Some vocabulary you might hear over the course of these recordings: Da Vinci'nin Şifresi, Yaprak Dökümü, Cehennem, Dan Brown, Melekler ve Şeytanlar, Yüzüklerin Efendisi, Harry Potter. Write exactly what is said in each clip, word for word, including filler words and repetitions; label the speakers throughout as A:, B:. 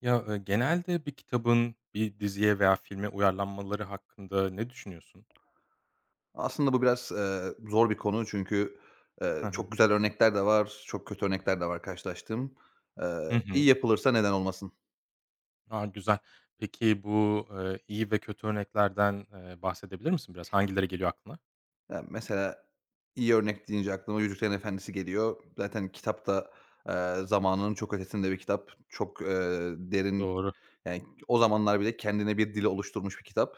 A: Ya, eee, genelde bir kitabın bir diziye veya filme uyarlanmaları hakkında ne düşünüyorsun?
B: Aslında bu biraz, eee, zor bir konu çünkü, eee,
A: Hı hı.
B: çok güzel örnekler de var, çok kötü örnekler de var karşılaştığım. Eee,
A: Hı
B: iyi
A: hı.
B: yapılırsa neden olmasın?
A: A, güzel. Peki bu, eee, iyi ve kötü örneklerden, eee, bahsedebilir misin biraz? Hangileri geliyor aklına?
B: Ya, mesela iyi örnek deyince aklıma Yüzüklerin Efendisi geliyor. Zaten kitap da, eee, zamanının çok ötesinde bir kitap. Çok, eee, derin,
A: Doğru.
B: yani, o zamanlar bile kendine bir dil oluşturmuş bir kitap.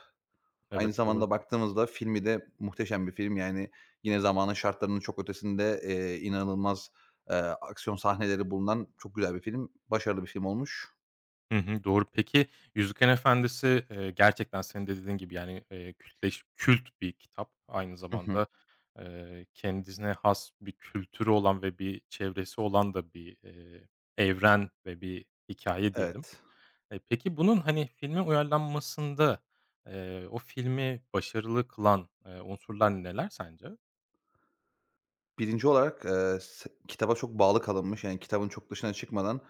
A: Evet,
B: Aynı
A: doğru.
B: zamanda baktığımızda filmi de muhteşem bir film. Yani yine zamanın şartlarının çok ötesinde, eee, inanılmaz, eee, aksiyon sahneleri bulunan çok güzel bir film. Başarılı bir film olmuş.
A: Hı hı, doğru. Peki, Yüzüklerin Efendisi, eee, gerçekten senin de dediğin gibi, yani, eee, kültleş kült bir kitap. Aynı
B: Hı hı.
A: zamanda, eee, kendisine has bir kültürü olan ve bir çevresi olan da bir, eee, evren ve bir hikaye diyelim.
B: Evet.
A: E, peki bunun, hani, filme uyarlanmasında, eee, o filmi başarılı kılan, eee, unsurlar neler sence?
B: Birinci olarak, eee, s kitaba çok bağlı kalınmış. Yani kitabın çok dışına çıkmadan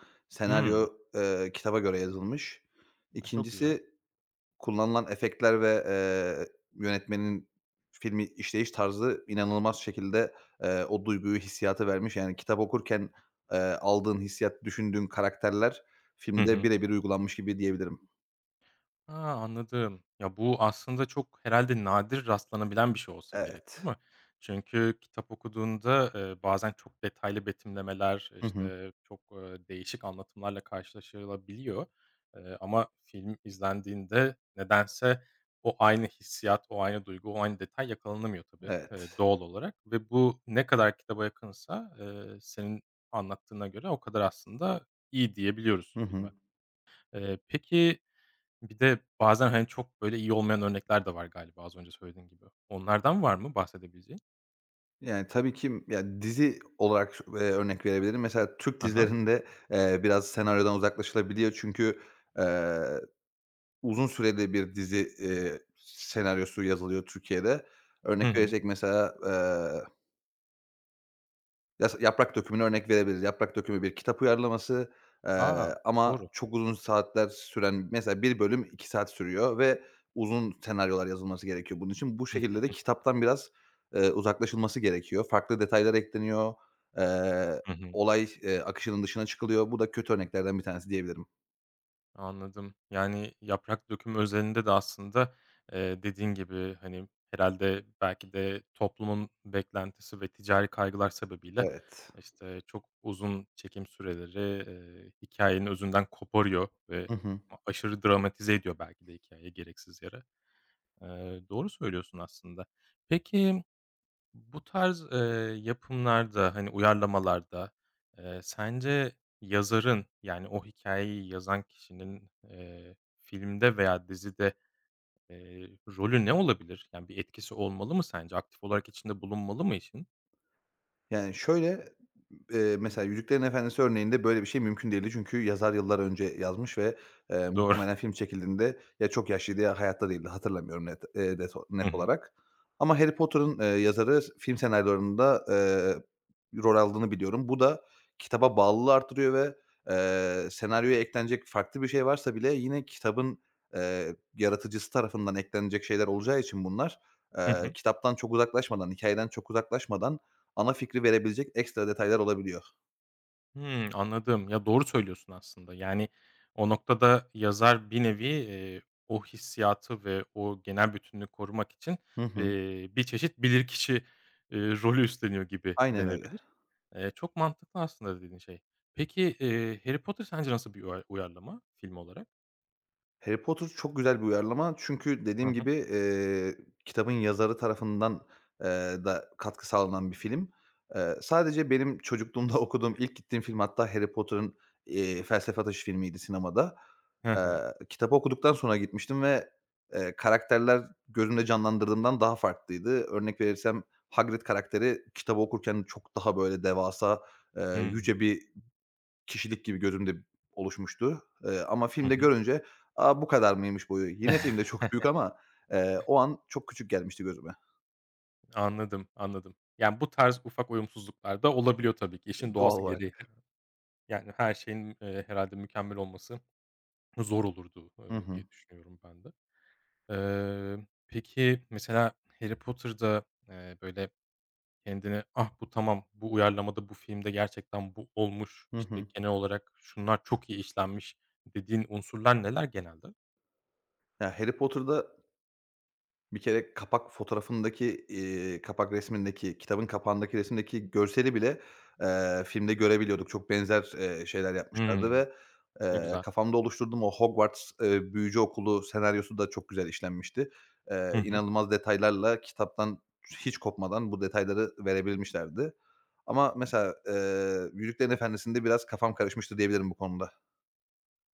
A: Hımm.
B: senaryo, eee, kitaba göre yazılmış.
A: A, çok güzel.
B: İkincisi, kullanılan efektler ve, eee, yönetmenin filmi işleyiş tarzı inanılmaz şekilde, eee, o duyguyu, hissiyatı vermiş. Yani kitap okurken, eee, aldığın hissiyat, düşündüğün karakterler
A: Hı
B: filmde
A: hı.
B: birebir uygulanmış gibi diyebilirim.
A: Ha, anladım. Ya, bu aslında çok herhalde nadir rastlanabilen bir şey olsa gerek, değil
B: Evet.
A: mi? Çünkü kitap okuduğunda, eee, bazen çok detaylı betimlemeler,
B: Hı hı.
A: işte, çok, eee, değişik anlatımlarla karşılaşılabiliyor. Eee, ama film izlendiğinde nedense o aynı hissiyat, o aynı duygu, o aynı detay yakalanamıyor tabii, eee,
B: Evet.
A: doğal olarak ve bu ne kadar kitaba yakınsa, eee, senin anlattığına göre o kadar aslında iyi
B: Hı
A: diyebiliyoruz
B: hı.
A: filme. Eee, peki bir de bazen, hani, çok böyle iyi olmayan örnekler de var galiba az önce söylediğin gibi. Onlardan var mı bahsedebileceğin?
B: Yani, tabii ki ya, dizi olarak, eee, örnek verebilirim. Mesela Türk
A: Hı hı.
B: dizilerinde, eee, biraz senaryodan uzaklaşılabiliyor çünkü, eee uzun süreli bir dizi, eee, senaryosu yazılıyor Türkiye'de.
A: Hı
B: Örnek
A: hı.
B: verecek mesela, eee, yas Yaprak Dökümü'ne örnek verebiliriz. Yaprak Dökümü bir kitap uyarlaması, eee,
A: A!
B: ama
A: Doğru.
B: çok uzun saatler süren, mesela bir bölüm iki saat sürüyor ve uzun senaryolar yazılması gerekiyor bunun için. Bu şekilde de kitaptan biraz, eee, uzaklaşılması gerekiyor. Farklı detaylar ekleniyor. Eee,
A: Hı hı.
B: Olay, eee, akışının dışına çıkılıyor. Bu da kötü örneklerden bir tanesi diyebilirim.
A: Anladım. Yani, yaprak dökümü özelinde de aslında, eee, dediğin gibi, hani, herhâlde belki de toplumun beklentisi ve ticari kaygılar sebebiyle,
B: Evet.
A: işte, çok uzun çekim süreleri, eee, hikâyenin özünden koparıyor ve
B: Hı hı.
A: a aşırı dramatize ediyor belki de hikâyeyi gereksiz yere. Eee, doğru söylüyorsun aslında. Peki, bu tarz, eee, yapımlarda, hani, uyarlamalarda, eee, sence yazarın, yani, o hikayeyi yazan kişinin, eee, filmde veya dizide, eee, rolü ne olabilir? Yani, bir etkisi olmalı mı sence? Aktif olarak içinde bulunmalı mı işin?
B: Yani şöyle, Eee, mesela Yüzüklerin Efendisi örneğinde böyle bir şey mümkün değildi. Çünkü yazar yıllar önce yazmış ve, eee,
A: Doğru.
B: muhtemelen film çekildiğinde ya çok yaşlıydı ya hayatta değildi. Hatırlamıyorum net, eee, net net
A: Hı hı.
B: olarak. Ama Harry Potter'ın, eee, yazarı film senaryolarında, eee, rol aldığını biliyorum. Bu da kitaba bağlılığı arttırıyor ve, eee, senaryoya eklenecek farklı bir şey varsa bile yine kitabın, eee, yaratıcısı tarafından eklenecek şeyler olacağı için bunlar, eee,
A: Hı hı.
B: kitaptan çok uzaklaşmadan, hikâyeden çok uzaklaşmadan, ana fikri verebilecek ekstra detaylar olabiliyor.
A: Hımm, anladım. Ya, doğru söylüyorsun aslında. Yani, o noktada yazar bir nevi, eee, o hissiyatı ve o genel bütünlüğü korumak için,
B: Hı hı.
A: eee, bir çeşit bilirkişi, eee, rolü üstleniyor gibi
B: Aynen öyle.
A: denebilir. Eee, çok mantıklı aslında dediğin şey. Peki, eee, Harry Potter sence nasıl bir uya uyarlama film olarak?
B: Harry Potter çok güzel bir uyarlama çünkü
A: Hı
B: dediğim
A: hı.
B: gibi, eee, kitabın yazarı tarafından, eee, da katkı sağlanan bir film. Eee, sadece benim çocukluğumda okuduğum ilk gittiğim film hatta Harry Potter'ın, eee, Felsefe Taşı filmiydi sinemada.
A: Hı
B: Eee,
A: hı.
B: Kitabı okuduktan sonra gitmiştim ve, eee, karakterler gözümde canlandırdığımdan daha farklıydı. Örnek verirsem, Hagrid karakteri kitabı okurken çok daha böyle devasa, eee,
A: Hımm.
B: yüce bir kişilik gibi gözümde oluşmuştu. Eee, ama
A: Hı
B: filmde
A: hı.
B: görünce, "A, bu kadar mıymış boyu?" Yine filmde çok büyük ama, eee, o an çok küçük gelmişti gözüme
A: Anladım, anladım. Yani, bu tarz ufak uyumsuzluklar da olabiliyor tabii ki. İşin
B: doğal
A: doğası gereği.
B: olarak.
A: Yani, her şeyin, eee, herhâlde mükemmel olması zor olurdu,
B: Hı
A: eee,
B: hı.
A: diye düşünüyorum ben de. Eee, peki, mesela Harry Potter'da, eee, böyle, kendini, "Ah, bu tamam, bu uyarlamada, bu filmde gerçekten bu olmuş,
B: Hı
A: işte,
B: hı.
A: genel olarak şunlar çok iyi işlenmiş." dediğin unsurlar neler genelde?
B: Ya, Harry Potter'da bir kere kapak fotoğrafındaki, eee, kapak resmindeki, kitabın kapağındaki resimdeki görseli bile, eee, filmde görebiliyorduk. Çok benzer, eee, şeyler yapmışlardı
A: Hımm,
B: ve,
A: ne
B: eee,
A: güzel.
B: kafamda oluşturduğum o Hogwarts, eee, büyücü okulu senaryosu da çok güzel işlenmişti. Eee,
A: Hı hı.
B: inanılmaz detaylarla kitaptan hiç kopmadan bu detayları verebilmişlerdi. Ama mesela, eee, Yüzüklerin Efendisi'nde biraz kafam karışmıştı diyebilirim bu konuda.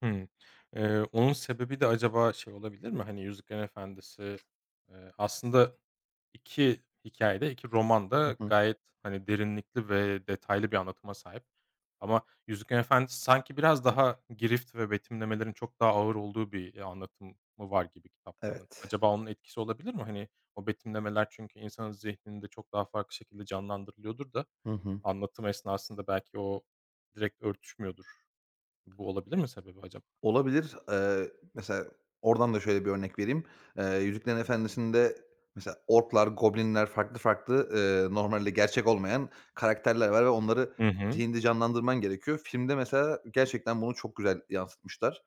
A: Hımm. Eee, onun sebebi de acaba şey olabilir mi? Hani, Yüzüklerin Efendisi, eee, aslında İki hikayede, iki roman da
B: Hı hı.
A: gayet, hani, derinlikli ve detaylı bir anlatıma sahip. Ama Yüzüklerin Efendisi sanki biraz daha girift ve betimlemelerin çok daha ağır olduğu bir, eee, anlatımı var gibi kitaplarının.
B: Evet.
A: Acaba onun etkisi olabilir mi? Hani, o betimlemeler çünkü insanın zihninde çok daha farklı şekilde canlandırılıyordur da
B: Hı hı.
A: anlatım esnasında belki o direkt örtüşmüyordur. Bu olabilir mi sebebi acaba?
B: Olabilir. Eee, mesela oradan da şöyle bir örnek vereyim. Eee, Yüzüklerin Efendisi'nde mesela orklar, goblinler farklı farklı, eee, normalde gerçek olmayan karakterler var ve onları
A: Hı hı.
B: zihinde canlandırman gerekiyor. Filmde mesela gerçekten bunu çok güzel yansıtmışlar.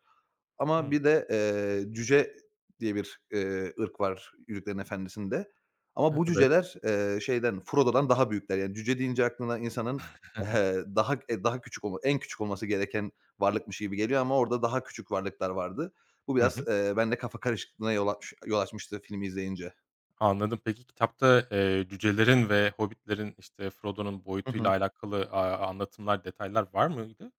B: Ama
A: Hıı.
B: bir de, eee, cüce diye bir, eee, ırk var Yüzüklerin Efendisi'nde
A: E
B: ama bu
A: evet.
B: cüceler, eee, şeyden, Frodo'dan daha büyükler. Yani cüce deyince aklına insanın, eee, daha, eee, daha küçük olma en küçük olması gereken varlıkmış gibi geliyor ama orada daha küçük varlıklar vardı. Bu
A: Hı
B: biraz,
A: hı.
B: eee, bende kafa karışıklığına yol aç yol açmıştı filmi izleyince.
A: Anladım. Peki, kitapta, eee, cücelerin ve hobbitlerin, işte, Frodo'nun
B: Hı
A: boyutuyla
B: hı.
A: alakalı, aaa, anlatımlar, detaylar var mıydı?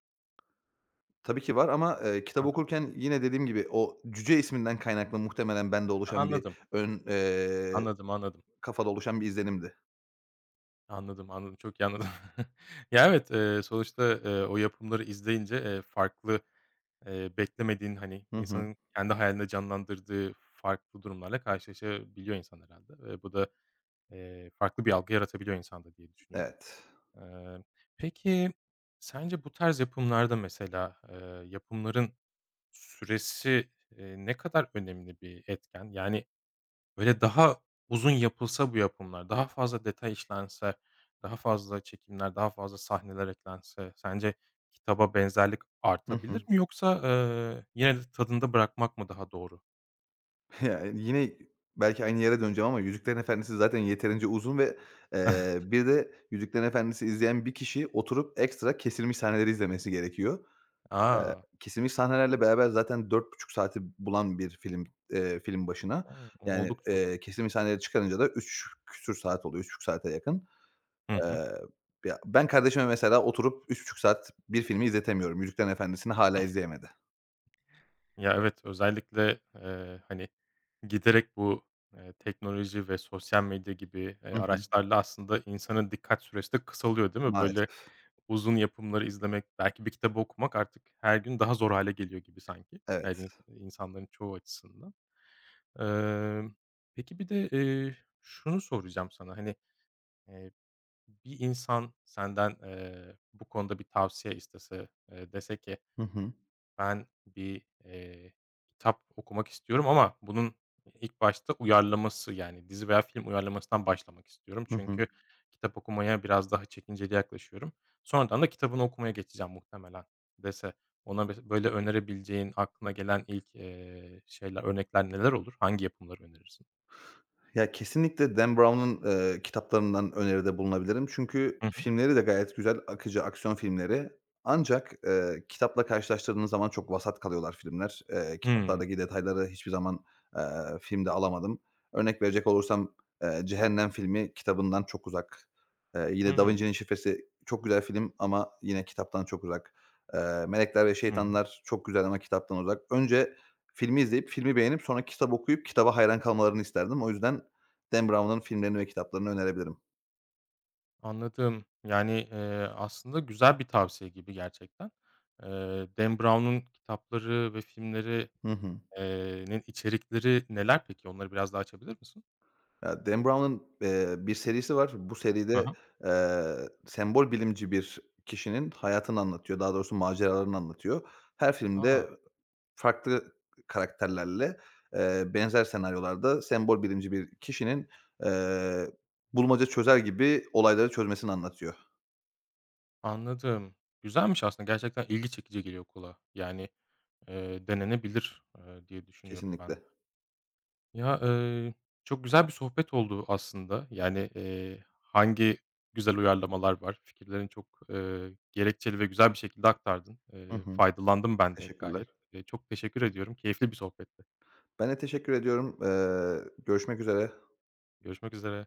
B: Tabii ki var ama, eee,
A: Hı
B: kitabı okurken yine dediğim gibi o cüce isminden kaynaklı muhtemelen bende
A: Ha,
B: oluşan bir
A: anladım.
B: ön, eee,
A: Anladım, anladım.
B: kafada oluşan bir izlenimdi.
A: Anladım, anladım. Çok iyi anladım. Ya, evet, eee, sonuçta, eee, o yapımları izleyince, eee, farklı, eee, beklemediğin, hani,
B: Hı hı.
A: insanın kendi hayalinde canlandırdığı farklı durumlarla karşılaşabiliyor insan herhalde. Eee, bu da, eee, farklı bir algı yaratabiliyor insanda diye düşünüyorum.
B: Evet.
A: Eee, peki sence bu tarz yapımlarda mesela, eee, yapımların süresi, eee, ne kadar önemli bir etken? Yani, böyle, daha uzun yapılsa bu yapımlar, daha fazla detay işlense, daha fazla çekimler, daha fazla sahneler eklense sence kitaba benzerlik
B: Hı hı.
A: artabilir mi yoksa, eee, yine de tadında bırakmak mı daha doğru?
B: Ya, yine belki aynı yere döneceğim ama Yüzüklerin Efendisi zaten yeterince uzun ve, eee, bir de Yüzüklerin Efendisi izleyen bir kişi oturup ekstra kesilmiş sahneleri izlemesi gerekiyor. Eee,
A: A!
B: kesilmiş sahnelerle beraber zaten dört buçuk saati bulan bir film, eee, film başına.
A: O
B: Yani,
A: oldukça uzun.
B: eee, kesilmiş sahneleri çıkarınca da üç küsur saat oluyor, üç buçuk saate yakın.
A: Hı hı.
B: Eee, Ya, ben kardeşime mesela oturup üç buçuk saat bir filmi izletemiyorum. Yüzüklerin Efendisi'ni hâlâ izleyemedi.
A: Ya, evet, özellikle, eee, hani, giderek bu, eee, teknoloji ve sosyal medya gibi, eee,
B: Hı hı.
A: araçlarla aslında insanın dikkat süresi de kısalıyor, değil mi? Böyle,
B: Maalesef.
A: uzun yapımları izlemek, belki bir kitabı okumak artık her gün daha zor hale geliyor gibi sanki, yani,
B: Evet.
A: ins insanların çoğu açısından. Emm, peki bir de, eee, şunu soracağım sana, hani, eee, bir insan senden, eee, bu konuda bir tavsiye istese, eee, dese ki
B: Hı hı.
A: ben bir, eee, kitap okumak istiyorum ama bunun ilk başta uyarlaması, yani, dizi veya film uyarlamasından başlamak istiyorum.
B: Hı hı.
A: Çünkü kitap okumaya biraz daha çekinceli yaklaşıyorum. Sonradan da kitabını okumaya geçeceğim muhtemelen dese. Ona mes böyle önerebileceğin, aklına gelen ilk, eee, şeyler, örnekler neler olur? Hangi yapımları önerirsin?
B: Ya, kesinlikle Dan Brown'un, eee, kitaplarından öneride bulunabilirim. Çünkü
A: Hı hı.
B: filmleri de gayet güzel, akıcı aksiyon filmleri. Ancak, eee, kitapla karşılaştırdığınız zaman çok vasat kalıyorlar filmler. Eee,
A: Hımm.
B: kitaplardaki detayları hiçbir zaman, eee, filmde alamadım. Örnek verecek olursam, eee, Cehennem filmi kitabından çok uzak. Eee, yine Da
A: Hımm.
B: Vinci'nin Şifresi çok güzel film ama yine kitaptan çok uzak. Eee, Melekler ve
A: Hı hı.
B: Şeytanlar çok güzel ama kitaptan uzak. Önce filmi izleyip, filmi beğenip sonra kitap okuyup kitaba hayran kalmalarını isterdim. O yüzden Dan Brown'ın filmlerini ve kitaplarını önerebilirim.
A: Anladım. Yani, eee, aslında güzel bir tavsiye gibi gerçekten. Eee, Dan Brown'un kitapları ve filmleri
B: Hı hı.
A: Eee, nin içerikleri neler peki? Onları biraz daha açabilir misin?
B: Ya, Dan Brown'ın, eee, bir serisi var. Bu
A: Hı
B: seride,
A: hı.
B: eee, sembol bilimci bir kişinin hayatını anlatıyor. Daha doğrusu maceralarını anlatıyor. Her filmde
A: A!
B: farklı karakterlerle, eee, benzer senaryolarda sembol bilimci bir kişinin, eee, bulmaca çözer gibi olayları çözmesini anlatıyor.
A: Anladım. Güzelmiş aslında gerçekten ilgi çekici geliyor kulağa. Yani, eee, denenebilir, eee, diye düşünüyorum
B: Kesinlikle.
A: ben de. Ya, eee, çok güzel bir sohbet oldu aslında. Yani, eee, hangi güzel uyarlamalar var? Fikirlerini çok, eee, gerekçeli ve güzel bir şekilde aktardın.
B: Hı
A: Eee,
B: hı.
A: faydalandım ben de
B: Teşekkürler.
A: gayet. Eee, çok teşekkür ediyorum. Keyifli bir sohbetti.
B: Ben de teşekkür ediyorum. Eee, görüşmek üzere.
A: Görüşmek üzere.